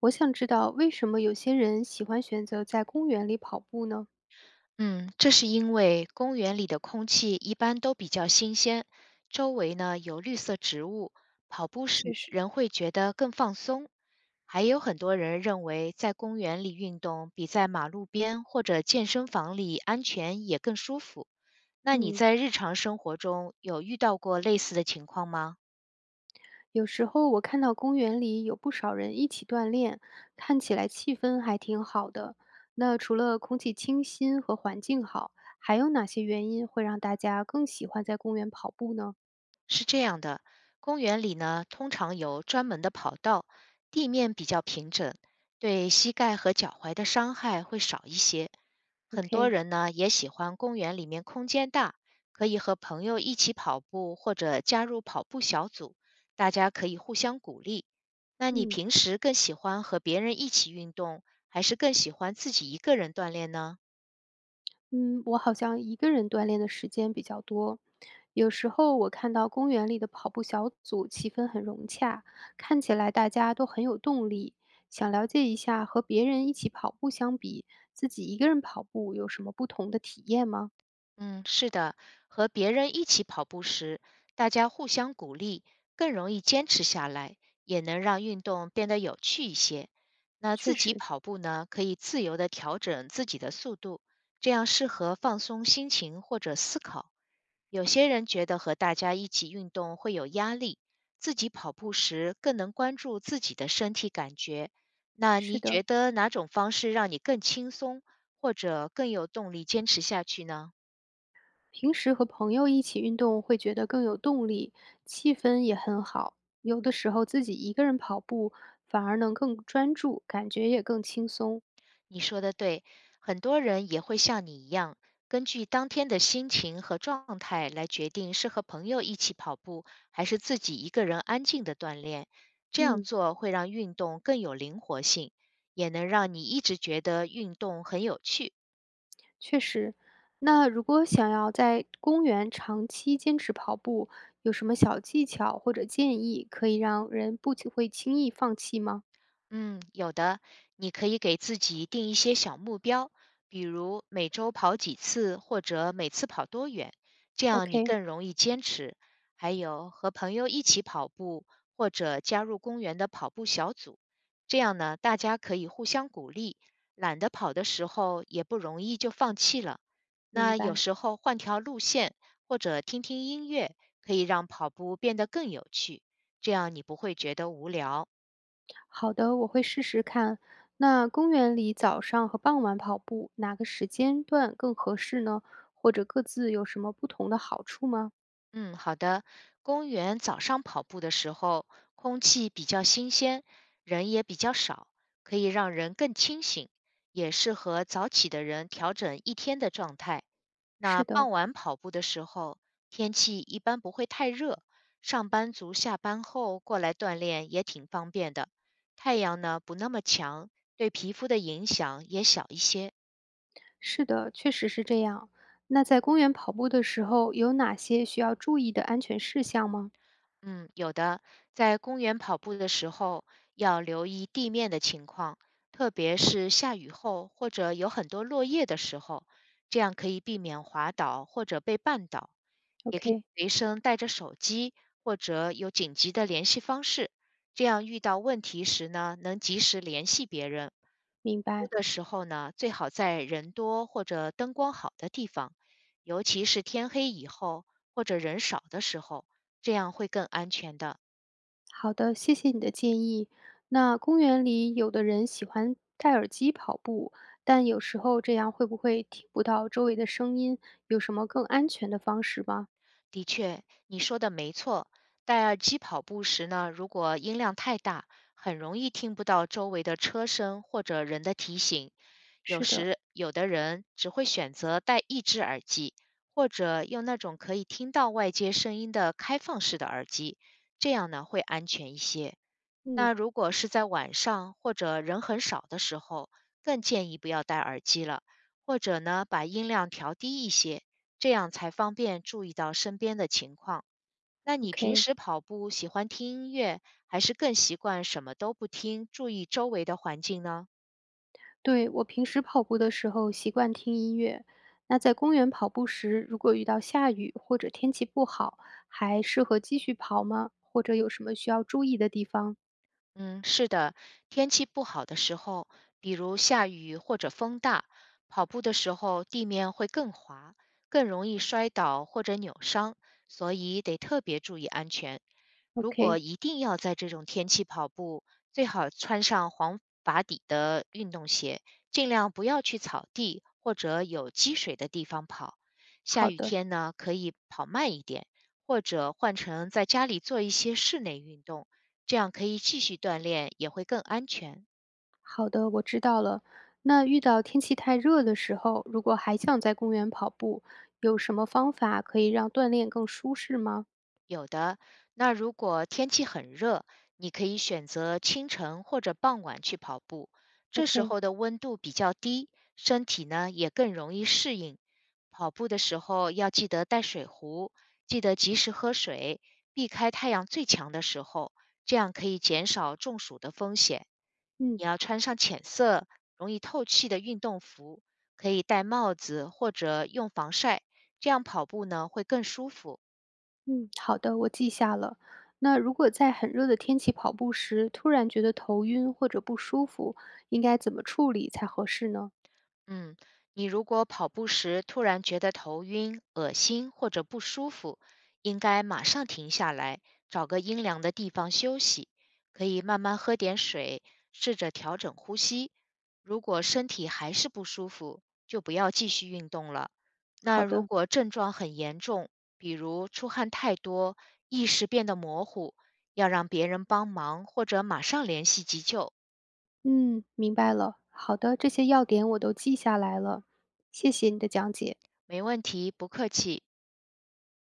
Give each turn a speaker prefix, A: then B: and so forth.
A: 我想知道为什么有些人喜欢选择在公园里跑步呢？
B: 嗯，这是因为公园里的空气一般都比较新鲜，周围呢有绿色植物，跑步
A: 确
B: 时
A: 实，
B: 人会觉得更放松。还有很多人认为在公园里运动比在马路边或者健身房里安全也更舒服。那你
A: 嗯，
B: 在日常生活中有遇到过类似的情况吗？
A: 有时候我看到公园里有不少人一起锻炼，看起来气氛还挺好的。那除了空气清新和环境好，还有哪些原因会让大家更喜欢在公园跑步呢
B: 是这样的，公园里呢通常有专门的跑道，地面比较平整，对膝盖和脚踝的伤害会少一些。很多
A: ？OK，
B: 人呢也喜欢公园里面空间大，可以和朋友一起跑步或者加入跑步小组，大家可以互相鼓励。那你
A: 嗯。
B: 平时更喜欢和别人一起运动，还是更喜欢自己一个人锻炼呢？
A: 嗯，我好像一个人锻炼的时间比较多。有时候我看到公园里的跑步小组气氛很融洽，看起来大家都很有动力。想了解一下和别人一起跑步相比，自己一个人跑步有什么不同的体验吗？
B: 嗯，是的，和别人一起跑步时，大家互相鼓励，更容易坚持下来，也能让运动变得有趣一些。那
A: 确
B: 自己
A: 实，
B: 跑步呢，可以自由地调整自己的速度，这样适合放松心情或者思考。有些人觉得和大家一起运动会有压力，自己跑步时更能关注自己的身体感觉。那你
A: 是的，
B: 觉得哪种方式让你更轻松，或者更有动力坚持下去呢？
A: 平时和朋友一起运动会觉得更有动力，气氛也很好。有的时候自己一个人跑步反而能更专注，感觉也更轻松。
B: 你说的对，很多人也会像你一样，根据当天的心情和状态来决定是和朋友一起跑步，还是自己一个人安静的锻炼。这样
A: 嗯。
B: 做会让运动更有灵活性，也能让你一直觉得运动很有趣。
A: 确实，那如果想要在公园长期坚持跑步，有什么小技巧或者建议可以让人不轻会轻易放弃吗
B: 嗯，有的，你可以给自己定一些小目标，比如每周跑几次，或者每次跑多远，这样你
A: ？OK，
B: 更容易坚持。还有和朋友一起跑步，或者加入公园的跑步小组，这样呢，大家可以互相鼓励，懒得跑的时候也不容易就放弃了。
A: 明
B: 那有
A: 白。
B: 时候换条路线，或者听听音乐，可以让跑步变得更有趣，这样你不会觉得无聊。
A: 好的，我会试试看。那公园里早上和傍晚跑步，哪个时间段更合适呢？或者各自有什么不同的好处吗？
B: 嗯，好的。公园早上跑步的时候，空气比较新鲜，人也比较少，可以让人更清醒，也适合早起的人调整一天的状态。那
A: 是的，
B: 傍晚跑步的时候，天气一般不会太热，上班族下班后过来锻炼也挺方便的。太阳呢，不那么强，对皮肤的影响也小一些。
A: 是的，确实是这样。那在公园跑步的时候，有哪些需要注意的安全事项吗
B: 嗯，有的，在公园跑步的时候要留意地面的情况，特别是下雨后或者有很多落叶的时候，这样可以避免滑倒或者被绊倒。也可以
A: ？OK，
B: 随身带着手机或者有紧急的联系方式，这样遇到问题时呢，能及时联系别人。
A: 明
B: 跑步
A: 白。
B: 的时候呢，最好在人多或者灯光好的地方，尤其是天黑以后或者人少的时候，这样会更安全的。
A: 好的，谢谢你的建议。那公园里有的人喜欢戴耳机跑步，但有时候这样会不会听不到周围的声音？有什么更安全的方式吗？
B: 的确，你说的没错。戴耳机跑步时呢，如果音量太大，很容易听不到周围的车声或者人的提醒。有
A: 是的，
B: 时有的人只会选择戴一只耳机，或者用那种可以听到外界声音的开放式的耳机，这样呢会安全一些。
A: 嗯
B: 那如果是在晚上或者人很少的时候，更建议不要戴耳机了，或者呢把音量调低一些，这样才方便注意到身边的情况。那你平
A: ，OK。
B: 时跑步喜欢听音乐，还是更习惯什么都不听，注意周围的环境呢？
A: 对，我平时跑步的时候习惯听音乐。那在公园跑步时，如果遇到下雨或者天气不好，还适合继续跑吗？或者有什么需要注意的地方
B: 嗯，是的，天气不好的时候，比如下雨或者风大，跑步的时候地面会更滑，更容易摔倒或者扭伤，所以得特别注意安全。如果
A: ？OK，
B: 一定要在这种天气跑步，最好穿上黄把底的运动鞋，尽量不要去草地或者有积水的地方跑。下
A: 好
B: 雨
A: 的。
B: 天呢，可以跑慢一点，或者换成在家里做一些室内运动。这样可以继续锻炼，也会更安全。
A: 好的，我知道了。那遇到天气太热的时候，如果还想在公园跑步，有什么方法可以让锻炼更舒适吗
B: 有的，那如果天气很热，你可以选择清晨或者傍晚去跑步，这时
A: ？OK，
B: 候的温度比较低，身体呢也更容易适应。跑步的时候要记得带水壶，记得及时喝水，避开太阳最强的时候，这样可以减少中暑的风险。
A: 嗯
B: 你要穿上浅色、容易透气的运动服，可以戴帽子或者用防晒，这样跑步呢会更舒服。
A: 嗯，好的，我记下了。那如果在很热的天气跑步时，突然觉得头晕或者不舒服，应该怎么处理才合适呢？
B: 嗯，你如果跑步时突然觉得头晕、恶心或者不舒服，应该马上停下来，找个阴凉的地方休息。可以慢慢喝点水，试着调整呼吸。如果身体还是不舒服，就不要继续运动了。那
A: 好
B: 如
A: 的，
B: 果症状很严重，比如出汗太多、意识变得模糊，要让别人帮忙或者马上联系急救。
A: 嗯，明白了。好的，这些要点我都记下来了，谢谢你的讲解。
B: 没问题，不客气。